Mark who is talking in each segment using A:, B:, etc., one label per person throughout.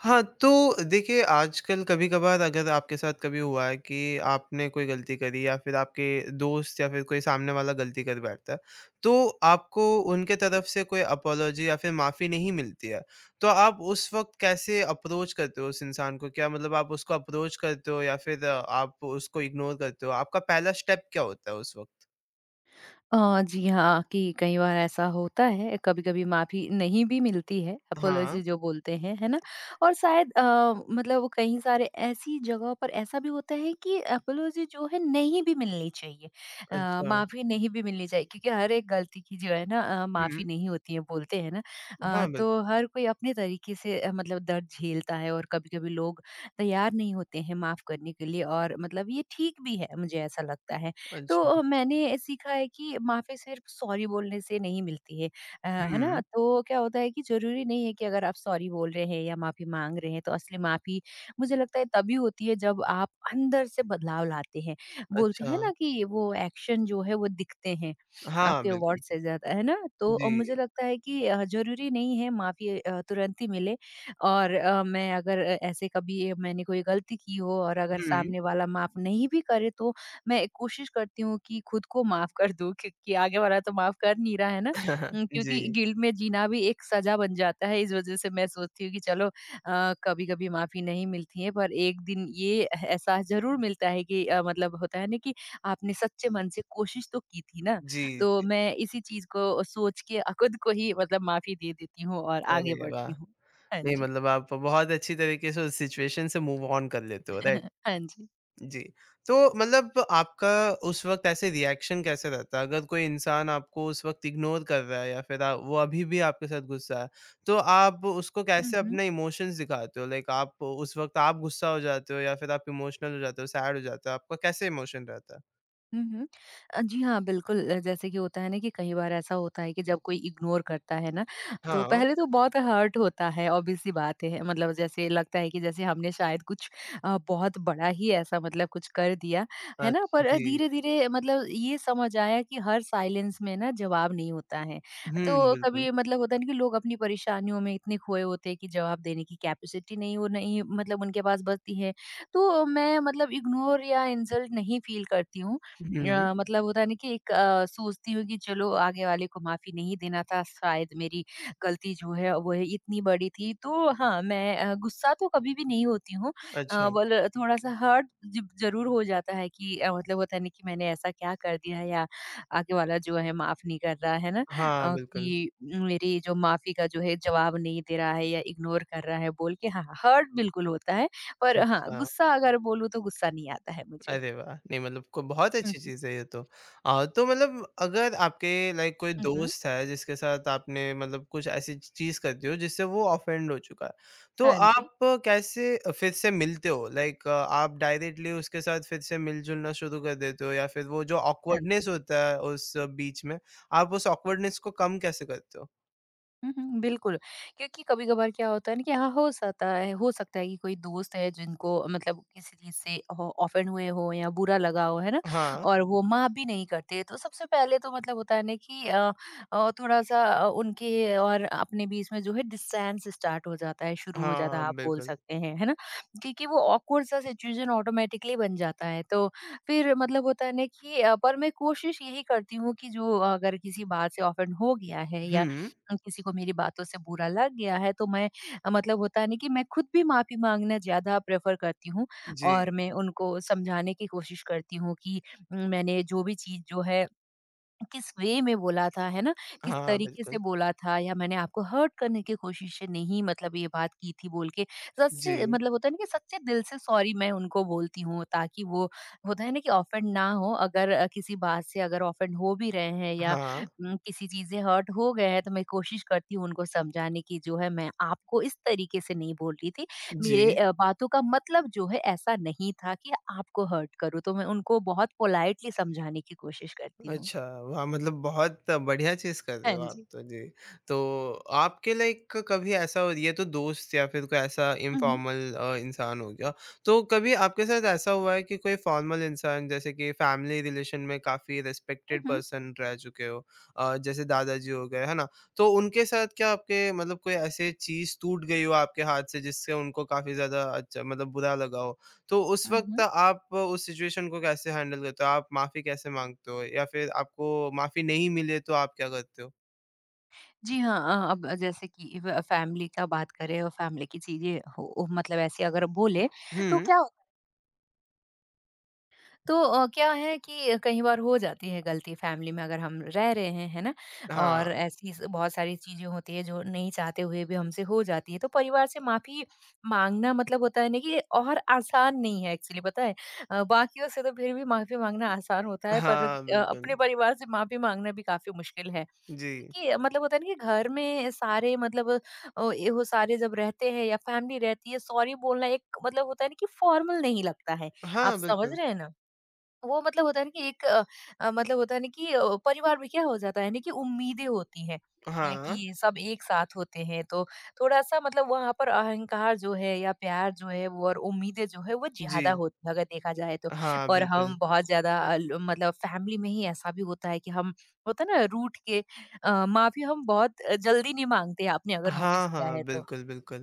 A: हाँ, तो देखिए आजकल कभी-कभार अगर आपके साथ कभी हुआ है कि आपने कोई गलती करी या फिर आपके दोस्त या फिर कोई सामने वाला गलती कर बैठता है, तो आपको उनके तरफ से कोई अपोलॉजी या फिर माफ़ी नहीं मिलती है। तो आप उस वक़्त कैसे अप्रोच करते हो उस इंसान को? क्या मतलब आप उसको अप्रोच करते हो या फिर आप उसको इग्नोर करते हो? आपका पहला स्टेप क्या होता है उस वक़्त?
B: जी हाँ, कि कई बार ऐसा होता है, कभी-कभी माफ़ी नहीं भी मिलती है,
A: हाँ,
B: अपोलॉजी जो बोलते हैं, है ना? और शायद मतलब वो कई सारे ऐसी जगहों पर ऐसा भी होता है कि अपोलॉजी जो है नहीं भी मिलनी चाहिए।
A: अच्छा।
B: माफ़ी नहीं भी मिलनी चाहिए क्योंकि हर एक गलती की जो है ना माफ़ी
A: हुँ,
B: नहीं होती है बोलते हैं ना।
A: हाँ, बिल्कुल।
B: तो हर कोई अपने तरीके से मतलब दर्द झेलता है और कभी-कभी लोग तैयार नहीं होते हैं माफ़ करने के लिए और मतलब ये ठीक भी है, मुझे ऐसा लगता है। तो
A: अच्छा।
B: मैंने सीखा है कि माफ़ी सिर्फ सॉरी बोलने से नहीं मिलती है है ना?
A: हुँ,
B: तो क्या होता है कि ज़रूरी नहीं है कि अगर आप सॉरी बोल रहे हैं या माफ़ी माँग रहे हैं तो असली माफ़ी मुझे लगता है तभी होती है जब आप अंदर से बदलाव लाते हैं। बोलते
A: अच्छा।
B: हैं ना कि वो एक्शन जो है वो दिखते हैं,
A: हाँ,
B: आपके
A: बिल्कुल।
B: वर्ड से ज़्यादा, है ना? तो
A: जी।
B: मुझे लगता है कि ज़रूरी नहीं है माफ़ी तुरंत ही मिले और मैं अगर ऐसे कभी मैंने कोई गलती की हो और अगर
A: हुँ।
B: सामने वाला माफ़ नहीं भी करे तो मैं कोशिश करती हूँ कि खुद को माफ कर दूँ क्योंकि आगे वाला तो माफ कर नहीं रहा है ना। क्योंकि
A: जी,
B: गिल्ट में जीना भी एक सज़ा बन जाता है। इस वज़ह से मैं सोचती हूँ कि चलो कभी-कभी माफ़ी नहीं मिलती है पर एक दिन ये एहसास ज़रूर मिलता है कि मतलब होता है ना कि आपने सच्चे मन से कोशिश तो की थी ना।
A: जी,
B: तो
A: जी।
B: मैं इसी चीज़ को सोच के खुद को ही मतलब माफ़ी दे देती हूँ और आगे
A: अरे वाह!
B: बढ़ती हूँ। हाँ
A: नहीं
B: जी।
A: मतलब आप बहुत अच्छी तरीके से उस सिचुएशन से मूव ऑन कर लेते हो, राइट?
B: हाँ जी।
A: जी। तो मतलब आपका उस वक़्त ऐसे रिएक्शन कैसे रहता है? अगर कोई इंसान आपको उस वक़्त इग्नोर कर रहा है या फिर वो अभी भी आपके साथ गुस्सा है, तो आप उसको
B: हुँ,
A: कैसे
B: हुँ।
A: अपने इमोशंस दिखाते हो? लाइक आप उस वक़्त आप गुस्सा हो जाते हो या फिर आप इमोशनल हो जाते हो, सैड हो जाते हो? आपका कैसे इमोशन रहता है?
B: हुँ, हुँ। जी हाँ, बिल्कुल जैसे कि होता है ना कि कई बार ऐसा होता है कि जब कोई इग्नोर करता है ना, तो
A: हाँ,
B: पहले तो बहुत हर्ट होता है, ऑब्वियस सी बात है। मतलब जैसे लगता है कि जैसे हमने शायद कुछ बहुत बड़ा ही ऐसा मतलब कुछ कर दिया, है
A: अच्छ
B: ना? पर
A: जी।
B: धीरे-धीरे मतलब ये समझ आया कि हर साइलेंस में ना जवाब नहीं होता है।
A: हुँ,
B: तो
A: बिल्कुल।
B: कभी मतलब होता है ना कि लोग अपनी परेशानियों में इतने खोए होते हैं कि जवाब देने की कैपेसिटी नहीं मतलब उनके पास बचती है। तो मैं मतलब इग्नोर या इंसल्ट नहीं फील करती हूँ।
A: हुँ,
B: मतलब होता है ना कि सोचती हूँ कि चलो आगे वाले को माफ़ी नहीं देना था, शायद मेरी गलती जो है वो है इतनी बड़ी थी। तो हाँ, मैं गुस्सा तो कभी भी नहीं होती हूँ। अ,
A: अच्छा।
B: बल थोड़ा-सा हर्ट ज ज़रूर हो जाता है कि मतलब होता है ना कि मैंने ऐसा क्या कर दिया है या आगे वाला जो है माफ़ नहीं कर रहा है ना
A: हाँ, बिल्कुल।
B: कि मेरी जो माफ़ी का जो है जवाब नहीं दे रहा है या इग्नोर कर रहा है बोल के, हाँ, हाँ, हर्ट बिल्कुल होता है। पर हाँ,
A: अच्छा,
B: गुस्सा अगर बोलूँ तो गुस्सा नहीं आता है मुझे।
A: अरे वाह! नहीं मतलब को बहुत
B: हुँ,
A: अच्छी
B: हुँ।
A: चीज़ है ये तो। तो मतलब अगर आपके लाइक कोई
B: हुँ, हुँ।
A: दोस्त है जिसके साथ आपने मतलब कुछ ऐसी चीज़ करती हो जिससे वो ऑफेंड हो चुका है, तो
B: हाँ जी,
A: आप कैसे फिर से मिलते हो? लाइक आप डायरेक्टली उसके साथ फिर से मिल-जुलना शुरू कर देते हो या फिर वो जो
B: हाँ जी।
A: ऑकवर्डनेस होता है उस बीच में, आप उस ऑकवर्डनेस को कम कैसे करते हो?
B: हुँ, हुँ, बिल्कुल, क्योंकि कभी-कभार क्या होता है ना कि हाँ, हो सकता है कि कोई दोस्त है जिनको मतलब किसी चीज़ से हो ऑफेंड हुए हों या बुरा लगा हो, है ना?
A: हाँ,
B: और वो माफ़ भी नहीं करते, तो सबसे पहले तो मतलब होता है ना कि थोड़ा-सा उनके और अपने बीच में जो है डिस्टेंस स्टार्ट हो जाता है, शुरू हो जाता
A: हाँ,
B: है, आप बोल
A: बिल्कुल।
B: सकते हैं, है ना? क्योंकि वो ऑकवर्ड सा सिचुएशन ऑटोमेटिकली बन जाता है, तो फिर मतलब होता है ना कि पर मैं कोशिश यही करती हूँ कि जो अगर किसी बात से ऑफेंड हो गया है या
A: हुँ,
B: किसी को मेरी बातों से बुरा लग गया है तो मैं मतलब होता है ना कि मैं खुद भी माफ़ी माँगना ज़्यादा प्रेफ़र करती हूँ
A: जी।
B: और मैं उनको समझाने की कोशिश करती हूँ कि मैंने जो भी चीज़ जो है किस वे में बोला था, है ना? किस
A: हाँ,
B: तरीके से
A: बिल्कुल।
B: बोला था या मैंने आपको हर्ट करने की कोशिश से नहीं मतलब ये बात की थी बोल के, सच
A: जी,
B: से मतलब होता है ना कि सच्चे दिल से सॉरी मैं उनको बोलती हूँ ताकि वो होता है ना कि ऑफेंड ना हो। अगर किसी बात से अगर ऑफेंड हो भी रहे हैं या
A: हाँ,
B: किसी चीज़ से हर्ट हो गए हैं तो मैं कोशिश करती हूँ उनको समझाने की, जो है मैं आपको इस तरीके से नहीं बोल रही थी। मेरे
A: जी।
B: बातों का मतलब जो है ऐसा नहीं था कि आपको हर्ट करूँ। तो मैं उनको बहुत पोलाइटली समझाने की कोशिश करती हूँ।
A: अच्छा, वाह! मतलब बहुत बढ़िया चीज़ कर रहे
B: हाँ
A: हो आप
B: जी।
A: तो, जी। तो आपके लाइक कभी ऐसा हो ये तो दोस्त या फिर कोई ऐसा
B: हुँ, हुँ।
A: इनफॉर्मल इंसान हो गया। तो कभी आपके साथ ऐसा हुआ है कि कोई फॉर्मल इंसान जैसे कि फैमिली रिलेशन में काफ़ी
B: हुँ,
A: रिस्पेक्टेड
B: हुँ।
A: पर्सन रह चुके हो जैसे दादाजी हो गए, है ना? तो उनके साथ क्या आपके मतलब कोई ऐसी चीज़ टूट गई हो आपके हाथ से जिससे उनको काफ़ी ज़्यादा अच्छा मतलब बुरा लगा हो? तो उस
B: हुँ,
A: वक़्त
B: हुँ।
A: आप उस सिचुएशन को कैसे हैंडल करते हो? आप माफ़ी कैसे माँगते हो? या फिर आपको माफ़ी नहीं मिले तो आप क्या करते हो?
B: जी हाँ, अब जैसे कि व फैमिली का बात करें और फैमिली की चीज़ें हो, मतलब ऐसे अगर बोले, तो
A: हुँ,
B: क्या तो क्या है कि कई बार हो जाती है गलती फैमिली में अगर हम रह रहे हैं, है ना?
A: हाँ।
B: और ऐसी स बहुत सारी चीज़ें होती हैं जो नहीं चाहते हुए भी हमसे हो जाती है। तो परिवार से माफ़ी माँगना मतलब होता है ना कि और आसान नहीं है एक्चुअली, पता है? बाकियों से तो फिर भी माफ़ी माँगना आसान होता है पर
A: हाँ,
B: अपने
A: बिल्कुल।
B: परिवार से माफ़ी माँगना भी काफ़ी मुश्किल है।
A: जी।
B: क्योंकि मतलब होता है ना कि घर में सारे मतलब ये वो सारे जब रहते हैं या फैमिली रहती है, सॉरी बोलना एक मतलब होता है ना कि फॉर्मल नहीं लगता है। आप
A: हाँ,
B: समझ
A: बिल्कुल।
B: रहे हैं ना? वो मतलब होता है ना कि मतलब होता है ना कि परिवार में क्या हो जाता है ना कि उम्मीदें होती हैं
A: हाँ।
B: कि सब एक साथ होते हैं तो थोड़ा-सा मतलब वहाँ पर अहंकार जो है या प्यार जो है वो और उम्मीदें जो है वो
A: जी।
B: ज़्यादा होती है अगर देखा जाए तो।
A: हाँ,
B: और
A: बिल्कुल।
B: हम बहुत ज़्यादा अ, ल मतलब फैमिली में ही ऐसा भी होता है कि हम, होता है ना, रूठ के माफ़ी हम बहुत जल्दी नहीं माँगते, आपने अगर नोटिस
A: हाँ,
B: किया
A: हाँ,
B: है तो।
A: बिल्कुल, बिल्कुल।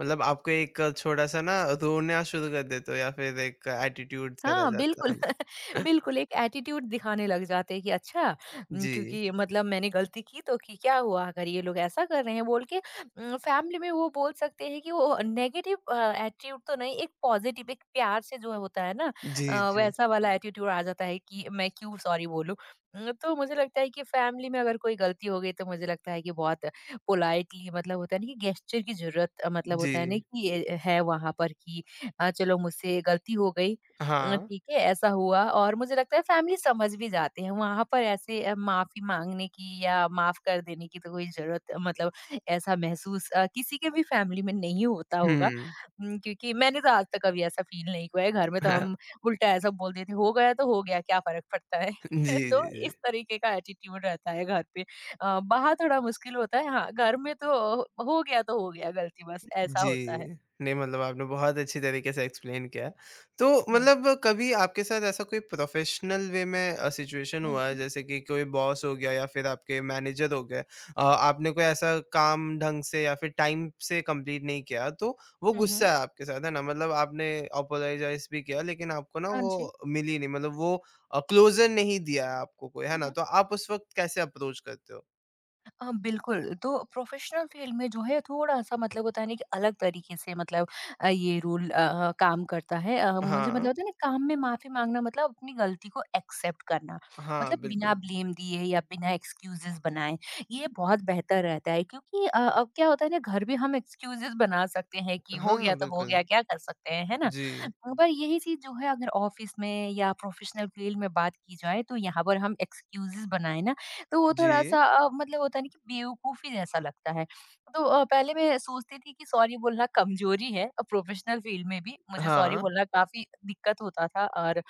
A: मतलब आपको एक छोटा-सा ना रोना शुरू कर देते हो या फिर एक एटीट्यूड सा रह
B: हाँ,
A: जाता
B: बिल्कुल।
A: है ना?
B: बिल्कुल एक एटीट्यूड दिखाने लग जाते हैं कि अच्छा,
A: जी।
B: क्योंकि मतलब मैंने गलती की तो कि क्या हुआ, अगर ये लोग ऐसा कर रहे हैं बोल के। फैमिली में वो बोल सकते हैं कि वो नेगेटिव एटीट्यूड तो नहीं, एक पॉजिटिव एक प्यार से जो होता है ना
A: जी, जी।
B: वैसा वाला एटीट्यूड आ जाता है कि मैं क्यों सॉरी बोलूँ। तो मुझे लगता है कि फैमिली में अगर कोई गलती हो गई तो मुझे लगता है कि बहुत पोलाइटली मतलब होता है ना कि गेस्चर की ज़रूरत मतलब
A: जी।
B: होता है ना कि ये है वहाँ पर कि चलो मुझसे गलती हो गई।
A: हाँ।
B: ठीक है, ऐसा हुआ, और मुझे लगता है फैमिली समझ भी जाते हैं, वहाँ पर ऐसे माफ़ी माँगने की या माफ़ कर देने की तो कोई ज़रूरत मतलब ऐसा महसूस किसी के भी फैमिली में नहीं होता होगा।
A: हुँ।
B: क्योंकि मैंने तो आज तक कभी ऐसा फ़ील नहीं हुआ है, घर में तो हम उल्टा ऐसा बोल देते हो गया तो हो गया, क्या फ़र्क पड़ता है।
A: जी,
B: तो
A: जी, जी।
B: इस तरीके का एटीट्यूड रहता है घर पे। बाहर थोड़ा मुश्किल होता है, हाँ, घर में तो हो गया गलती, बस ऐसा होता है।
A: जी। नहीं मतलब आपने बहुत अच्छी तरीके से एक्सप्लेन किया। तो
B: हाँ।
A: मतलब कभी आपके साथ ऐसा कोई प्रोफ़ेशनल वे में सिचुएशन
B: हुँ,
A: हुआ है
B: हुँ।
A: जैसे कि कोई बॉस हो गया या फिर आपके मैनेजर हो गए आपने कोई ऐसा काम ढंग से या फिर टाइम से कंप्लीट नहीं किया तो वो
B: हुँ, हुँ।
A: गुस्सा है आपके साथ, है ना? मतलब आपने अपोलोजाइज़ भी किया लेकिन आपको ना
B: हाँ
A: वो
B: जी।
A: मिली नहीं मतलब वो क्लोज़र नहीं दिया है आपको कोई, है
B: हुँ,
A: ना?
B: हुँ।
A: तो आप उस वक़्त कैसे अप्रोच करते हो?
B: हाँ, बिल्कुल। तो प्रोफ़ेशनल फ़ील्ड में जो है थोड़ा-सा मतलब होता है ना कि अलग तरीके से मतलब ये रूल काम करता है। मुझे मतलब
A: हाँ।
B: होता है ना, काम में माफ़ी माँगना मतलब अपनी गलती को एक्सेप्ट करना।
A: हाँ,
B: मतलब बिना
A: बिल्कुल।
B: ब्लेम दिए या बिना एक्सक्यूज़ेज़ बनाए, ये बहुत बेहतर रहता है क्योंकि अब क्या होता है ना, घर भी हम एक्सक्यूज़ेज़ बना सकते हैं कि हो
A: हाँ,
B: गया तो हो
A: बिल्कुल।
B: गया, क्या कर सकते हैं, है ना?
A: जी।
B: पर यही चीज़ जो है अगर ऑफ़िस में या प्रोफ़ेशनल फ़ील्ड में बात की जाए तो यहाँ पर हम एक्सक्यूज़ेज़ बनाए ना तो वो
A: जी।
B: थोड़ा-सा मतलब होता है ना कि बेवकूफ़ी जैसा लगता है। तो पहले मैं सोचती थी कि सॉरी बोलना कमज़ोरी है, प्रोफ़ेशनल फ़ील्ड में भी मुझे सॉरी
A: हाँ,
B: बोलना काफ़ी दिक्कत होता था और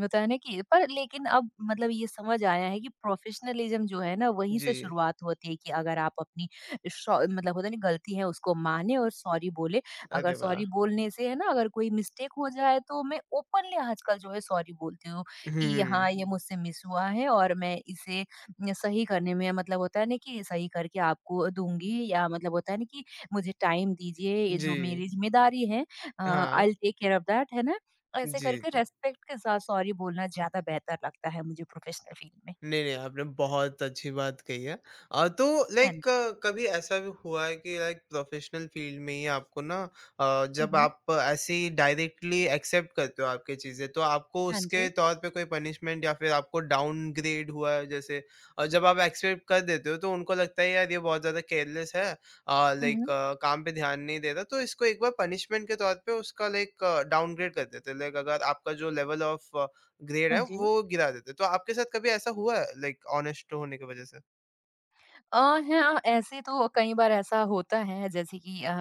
B: होता है ना कि पर लेकिन अब मतलब ये समझ आया है कि प्रोफ़ेशनलिज़्म जो है ना वहीं
A: जी।
B: से शुरुआत होती है कि अगर आप अपनी शॉ मतलब होता है ना गलती है उसको माने और सॉरी बोले। अगर
A: अरे वाह!
B: सॉरी बोलने से है ना अगर कोई मिस्टेक हो जाए तो मैं ओपनली आजकल जो है सॉरी बोलती हूँ कि ये,
A: हुँ,
B: हाँ, ये मुझसे मिस हुआ है और मैं इसे न सही करने में मतलब होता है ना कि सही करके आपको दूँगी या मतलब होता है ना कि मुझे टाइम दीजिए, ये
A: जी।
B: जो मेरी ज़िम्मेदारी है
A: हाँ,
B: I will take care of that है ना? ऐसे
A: जी,
B: करके
A: जी।
B: रेस्पेक्ट के साथ सॉरी बोलना ज़्यादा बेहतर लगता है मुझे प्रोफेशनल फील्ड में।
A: नहीं, नहीं, आपने बहुत अच्छी बात कही है। तो
B: हाँ
A: लाइक
B: जी।
A: कभी ऐसा भी हुआ है कि लाइक प्रोफ़ेशनल फ़ील्ड में ही आपको ना
B: हुँ,
A: जब
B: हुँ।
A: आप ऐसे ही डायरेक्टली एक्सेप्ट करते हो आपकी चीज़ें, तो आपको
B: हाँ
A: उसके
B: जी।
A: तौर पे कोई पनिशमेंट या फिर आपको डाउनग्रेड हुआ है जैसे और जब आप एक्सेप्ट कर देते हो, तो उनको लगता है यार ये बहुत ज़्यादा केयरलेस है
B: हुँ,
A: लाइक
B: हुँ।
A: काम पे ध्यान नहीं दे रहा, तो इसको एक बार पनिशमेंट के तौर पे उसका लाइक डाउनग्रेड कर देते हैं। लाइक अगर आपका जो लेवल ऑफ़ ग्रेड
B: हाँ
A: है,
B: जी।
A: वो गिरा देते हैं। तो आपके साथ कभी ऐसा हुआ है लाइक ऑनेस्ट होने की वज़ह से?
B: अ, हाँ, ऐसे तो कई बार ऐसा होता है जैसे कि अ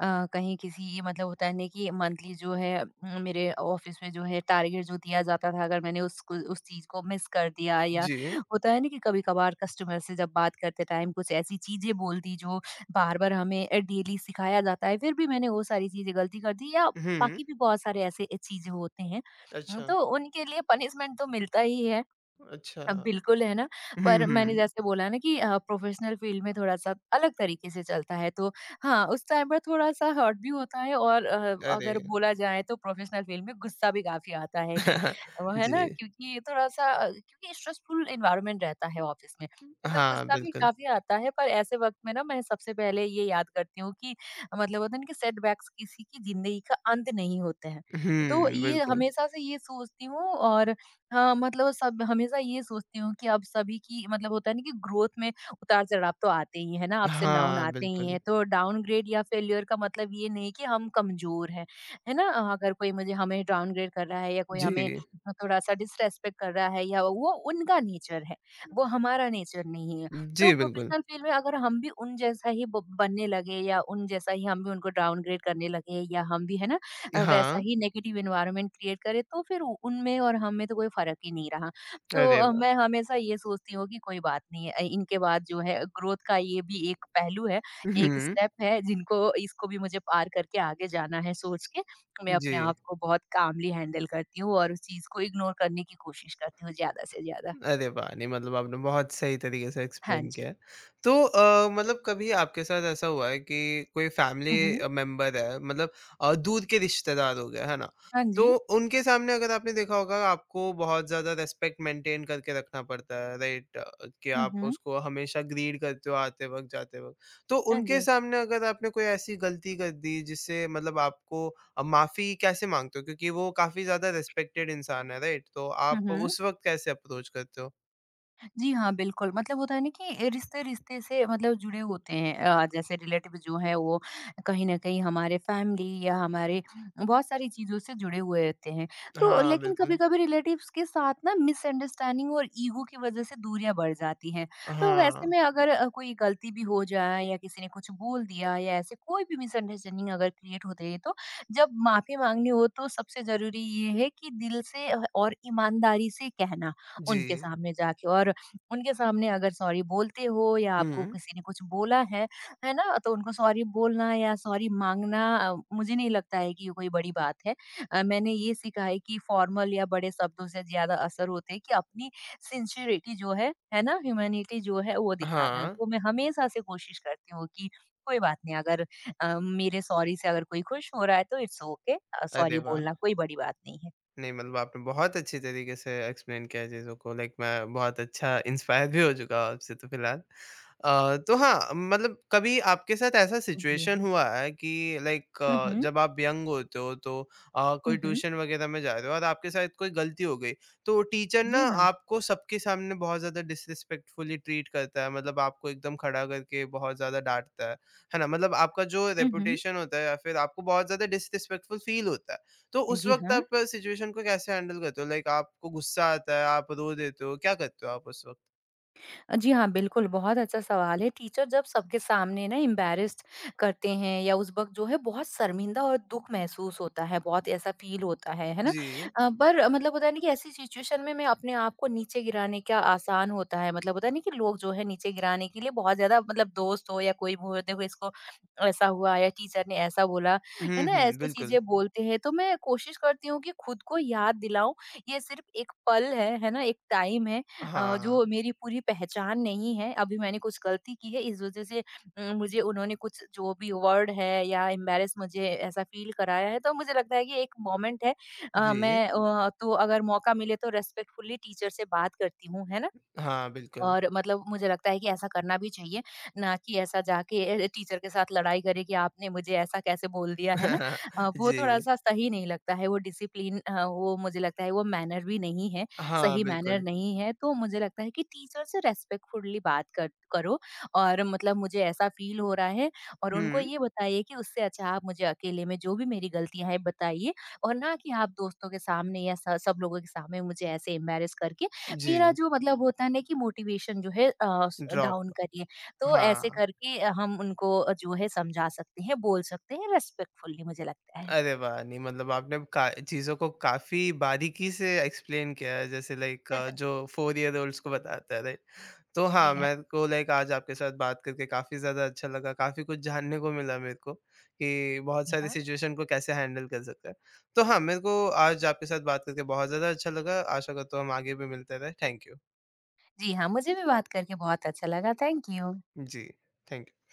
B: अ, कहीं किसी मतलब होता है ना कि मंथली जो है मेरे ऑफिस में जो है टारगेट जो दिया जाता था अगर मैंने उसको उस चीज़ को मिस कर दिया या
A: जी।
B: होता है ना कि कभी-कभार कस्टमर से जब बात करते टाइम कुछ ऐसी चीज़ें बोल दी जो बार-बार हमें डेली सिखाया जाता है फिर भी मैंने वो सारी चीज़ें गलती कर दी या
A: हुँ।
B: बाकी भी बहुत सारे ऐसे चीज़ें होते हैं।
A: अच्छा,
B: तो उनके लिए पनिशमेंट तो मिलता ही है।
A: अच्छा।
B: बिल्कुल, है ना?
A: हुँ,
B: पर मैंने जी।
A: हुँ।
B: जैसे बोला ना कि प्रोफ़ेशनल फ़ील्ड में थोड़ा-सा अलग तरीके से चलता है, तो हाँ, उस टाइम पर थोड़ा-सा हर्ट भी होता है और
A: अरे!
B: अगर बोला जाए तो प्रोफ़ेशनल फ़ील्ड में गुस्सा भी काफ़ी आता है कि वो है
A: जी।
B: ना, क्योंकि थोड़ा-सा क्योंकि स्ट्रेसफुल एनवायरनमेंट रहता है ऑफ़िस में, तो
A: हाँ,
B: गुस्सा भी
A: बिल्कुल।
B: काफ़ी आता है। पर ऐसे वक़्त में ना मैं सबसे पहले ये याद करती हूँ कि मतलब होता है ना कि सेटबैक्स किसी की ज़िंदगी का अंत नहीं होते हैं, तो
A: हुँ,
B: ये
A: बिल्कुल।
B: हमेशा से ये सोचती हूँ और हाँ, मतलब सब हमेशा ये सोचती हूँ कि अब सभी की मतलब होता है ना कि ग्रोथ में उतार-चढ़ाव तो आते ही हैं, है ना? अप्स एंड डाउन
A: हाँ,
B: आते ही
A: बिल्कुल।
B: हैं। तो डाउनग्रेड या फेल्योर का मतलब ये नहीं कि हम कमज़ोर हैं, है ना? अगर कोई मुझे हमें डाउनग्रेड कर रहा है या कोई हमें
A: जी।
B: थोड़ा-सा डिसरेस्पेक्ट कर रहा है या वो उनका नेचर है, वो हमारा नेचर नहीं है। तो
A: जी, बिल्कुल।
B: प्रोफ़ेशनल फ़ील्ड में अगर हम भी उन जैसा ही ब बनने लगे या उन जैसा ही हम भी उनको डाउनग्रेड करने लगे या हम भी है ना वैसा
A: हाँ।
B: ही नेगेटिव एनवायरनमेंट क्रिएट करे तो फिर उ उनमें और हम में तो कोई फ़र्क ही नहीं रहा। तो
A: अरे वाह!
B: मैं हमेशा ये सोचती हूँ कि कोई बात नहीं है इनके बाद जो है ग्रोथ का ये भी एक पहलू है, एक
A: हुँ।
B: स्टेप है जिनको इसको भी मुझे पार करके आगे जाना है सोच के, मैं
A: जी।
B: अपने आप को बहुत कामली हैंडल करती हूँ और उस चीज़ को इग्नोर करने की कोशिश करती हूँ ज़्यादा से ज़्यादा।
A: अरे वाह! नहीं मतलब आपने बहुत सही तरीके से
B: हाँ
A: एक्सप्लेन
B: जी।
A: किया है। तो मतलब कभी आपके साथ ऐसा हुआ है कि कोई फैमिली
B: हुँ, हुँ।
A: मेंबर है मतलब दूर के रिश्तेदार हो गए, है ना?
B: हाँ जी।
A: तो उनके सामने अगर आपने देखा होगा आपको बहुत ज़्यादा रिस्पेक्ट मेंटेन करके रखना पड़ता है, राइट? कि
B: हुँ,
A: आप
B: हुँ।
A: उसको हमेशा ग्रीड करते हो आते वक़्त, जाते वक़्त। तो
B: हाँ
A: उनके
B: जी।
A: सामने अगर आपने कोई ऐसी गलती कर दी जिससे मतलब आपको अब माफ़ी कैसे माँगते हो? क्योंकि वो काफ़ी ज़्यादा रिस्पेक्टेड इंसान है, राइट? तो
B: हुँ,
A: आप
B: हुँ।
A: उस वक़्त कैसे अप्रोच करते हो?
B: जी हाँ, बिल्कुल। मतलब होता है ना कि रिश्ते-रिश्ते से मतलब जुड़े होते हैं। जैसे रिलेटिव जो हैं वो कहीं न कहीं हमारे फैमिली या हमारे बहुत सारी चीज़ों से जुड़े हुए होते हैं। तो
A: हाँ,
B: लेकिन
A: बिल्कुल।
B: कभी-कभी रिलेटिव्स के साथ ना मिसअंडरस्टैंडिंग और ईगो की वज़ह से दूरियाँ बढ़ जाती हैं। तो
A: हाँ,
B: वैसे में अगर कोई गलती भी हो जाए या किसी ने कुछ बोल दिया या ऐसे कोई भी मिसअंडरस्टैंडिंग अगर क्रिएट हो गई तो जब माफ़ी माँगनी हो तो सबसे ज़रूरी ये है कि दिल से और ईमानदारी से कहना उनके
A: जी।
B: सामने जाके और उनके सामने अगर सॉरी बोलते हो या आपको
A: हुँ।
B: किसी ने कुछ बोला है ना? तो उनको सॉरी बोलना या सॉरी माँगना मुझे नहीं लगता है कि ये कोई बड़ी बात है। मैंने ये सीखा है कि फॉर्मल या बड़े शब्दों से ज़्यादा असर होते हैं कि अपनी सिंसेरिटी जो है ना? ह्यूमैनिटी जो है वो दिखाना।
A: हाँ।
B: तो मैं हमेशा से कोशिश करती हूँ कि कोई बात नहीं अगर मेरे सॉरी से अगर कोई खुश हो रहा है तो इट्स ओके
A: अरे
B: सॉरी
A: वाह!
B: बोलना कोई बड़ी बात नहीं है।
A: नहीं मतलब आपने बहुत अच्छी तरीके से एक्सप्लेन किया है चीज़ों को लाइक मैं बहुत अच्छा इंस्पायर भी हो चुका हूँ आपसे तो फिलहाल। तो हाँ, मतलब कभी आपके साथ ऐसा
B: जी
A: सिचुएशन
B: हाँ।
A: हुआ है कि लाइक
B: हुँ, हुँ।
A: जब आप यंग होते हो तो कोई
B: हुँ, हुँ।
A: ट्यूशन वग़ैरह में जा रहे हो और आपके साथ कोई गलती हो गई, तो टीचर ना
B: जी हाँ।
A: आपको सबके सामने बहुत ज़्यादा डिसरिस्पेक्टफुली ट्रीट करता है, मतलब आपको एकदम खड़ा करके बहुत ज़्यादा डाँटता है ना? मतलब आपका जो
B: हुँ, हुँ।
A: रेपुटेशन होता है या फिर आपको बहुत ज़्यादा डिसरिस्पेक्टफुल फ़ील होता है। तो उस
B: जी
A: वक़्त
B: हाँ।
A: आप सिचुएशन को कैसे हैंडल करते हो? लाइक आपको गुस्सा आता है, आप रो देते हो, क्या करते हो आप उस वक़्त?
B: जी हाँ, बिल्कुल, बहुत अच्छा सवाल है। टीचर जब सबके सामने ना एम्बैरेस्ड करते हैं या उस वक़्त जो है बहुत शर्मिंदा और दुःख महसूस होता है, बहुत ऐसा फ़ील होता है ना?
A: जी।
B: पर मतलब होता है ना कि ऐसी सिचुएशन में मैं अपने आप को नीचे गिराने का आसान होता है, मतलब होता है ना कि लोग जो है नीचे गिराने के लिए बहुत ज़्यादा मतलब दोस्त हो या कोई भी हो, देखो इसको ऐसा हुआ या टीचर ने ऐसा बोला,
A: हुँ,
B: है ना?
A: हुँ,
B: ऐसी
A: बिल्कुल।
B: चीज़ें बोलते हैं, तो मैं कोशिश करती हूँ कि खुद को याद दिलाऊँ, ये सिर्फ़ एक पल है ना? एक टाइम है
A: हाँ,
B: जो मेरी पूरी पहचान नहीं है, अभी मैंने कुछ गलती की है इस वज़ह से मुझे उन्होंने कुछ जो भी वर्ड है या एम्बैरेस मुझे ऐसा फ़ील कराया है, तो मुझे लगता है कि एक मोमेंट है।
A: जी।
B: तो अगर मौका मिले तो रिस्पेक्टफुली टीचर से बात करती हूँ, है ना?
A: हाँ, बिल्कुल।
B: और मतलब मुझे लगता है कि ऐसा करना भी चाहिए, ना कि ऐसा जाके टीचर के साथ लड़ाई करें कि आपने मुझे ऐसा कैसे बोल दिया, है ना? वो
A: जी।
B: थोड़ा-सा सही नहीं लगता है, वो मुझे लगता है वो मैनर भी नहीं है,
A: हाँ,
B: सही मैनर
A: बिल्कुल।
B: नहीं है। तो मुझे लगता है कि टीचर से रेस्पेक्टफुली बात कर करो और मतलब मुझे ऐसा फ़ील हो रहा है और उनको
A: हुँ,
B: ये बताइए कि उससे अच्छा आप मुझे अकेले में जो भी मेरी गलतियाँ हैं बताइए और ना कि आप दोस्तों के सामने या स सब लोगों के सामने मुझे ऐसे एम्बैरेस करके
A: जी।
B: मेरा जो मतलब होता है ना कि मोटिवेशन जो है अ, स
A: ड्रॉप।
B: डाउन करिए। तो ऐसे
A: हाँ।
B: करके हम उनको जो है समझा सकते हैं, बोल सकते हैं रिस्पेक्टफुली मुझे लगता है।
A: अरे वाह! नहीं मतलब आपने का चीज़ों को काफ़ी बारीकी से एक्सप्लेन किया है जैसे लाइक जो 4 ईयर ओल्ड्स को बताता है, राइट? तो हाँ,
B: जी हाँ,
A: मेरे को लाइक आज आपके साथ बात करके काफ़ी ज़्यादा अच्छा लगा, काफ़ी कुछ जानने को मिला मेरे को कि बहुत
B: जी
A: सारी
B: हाँ।
A: सिचुएशन को कैसे हैंडल कर सकते हैं। तो हाँ, मेरे को आज आपके साथ बात करके बहुत ज़्यादा अच्छा लगा, आशा करता हूँ हम आगे भी मिलते रहें। Thank you.
B: जी हाँ, मुझे भी बात करके बहुत अच्छा लगा। Thank you.
A: जी, थैंक यू।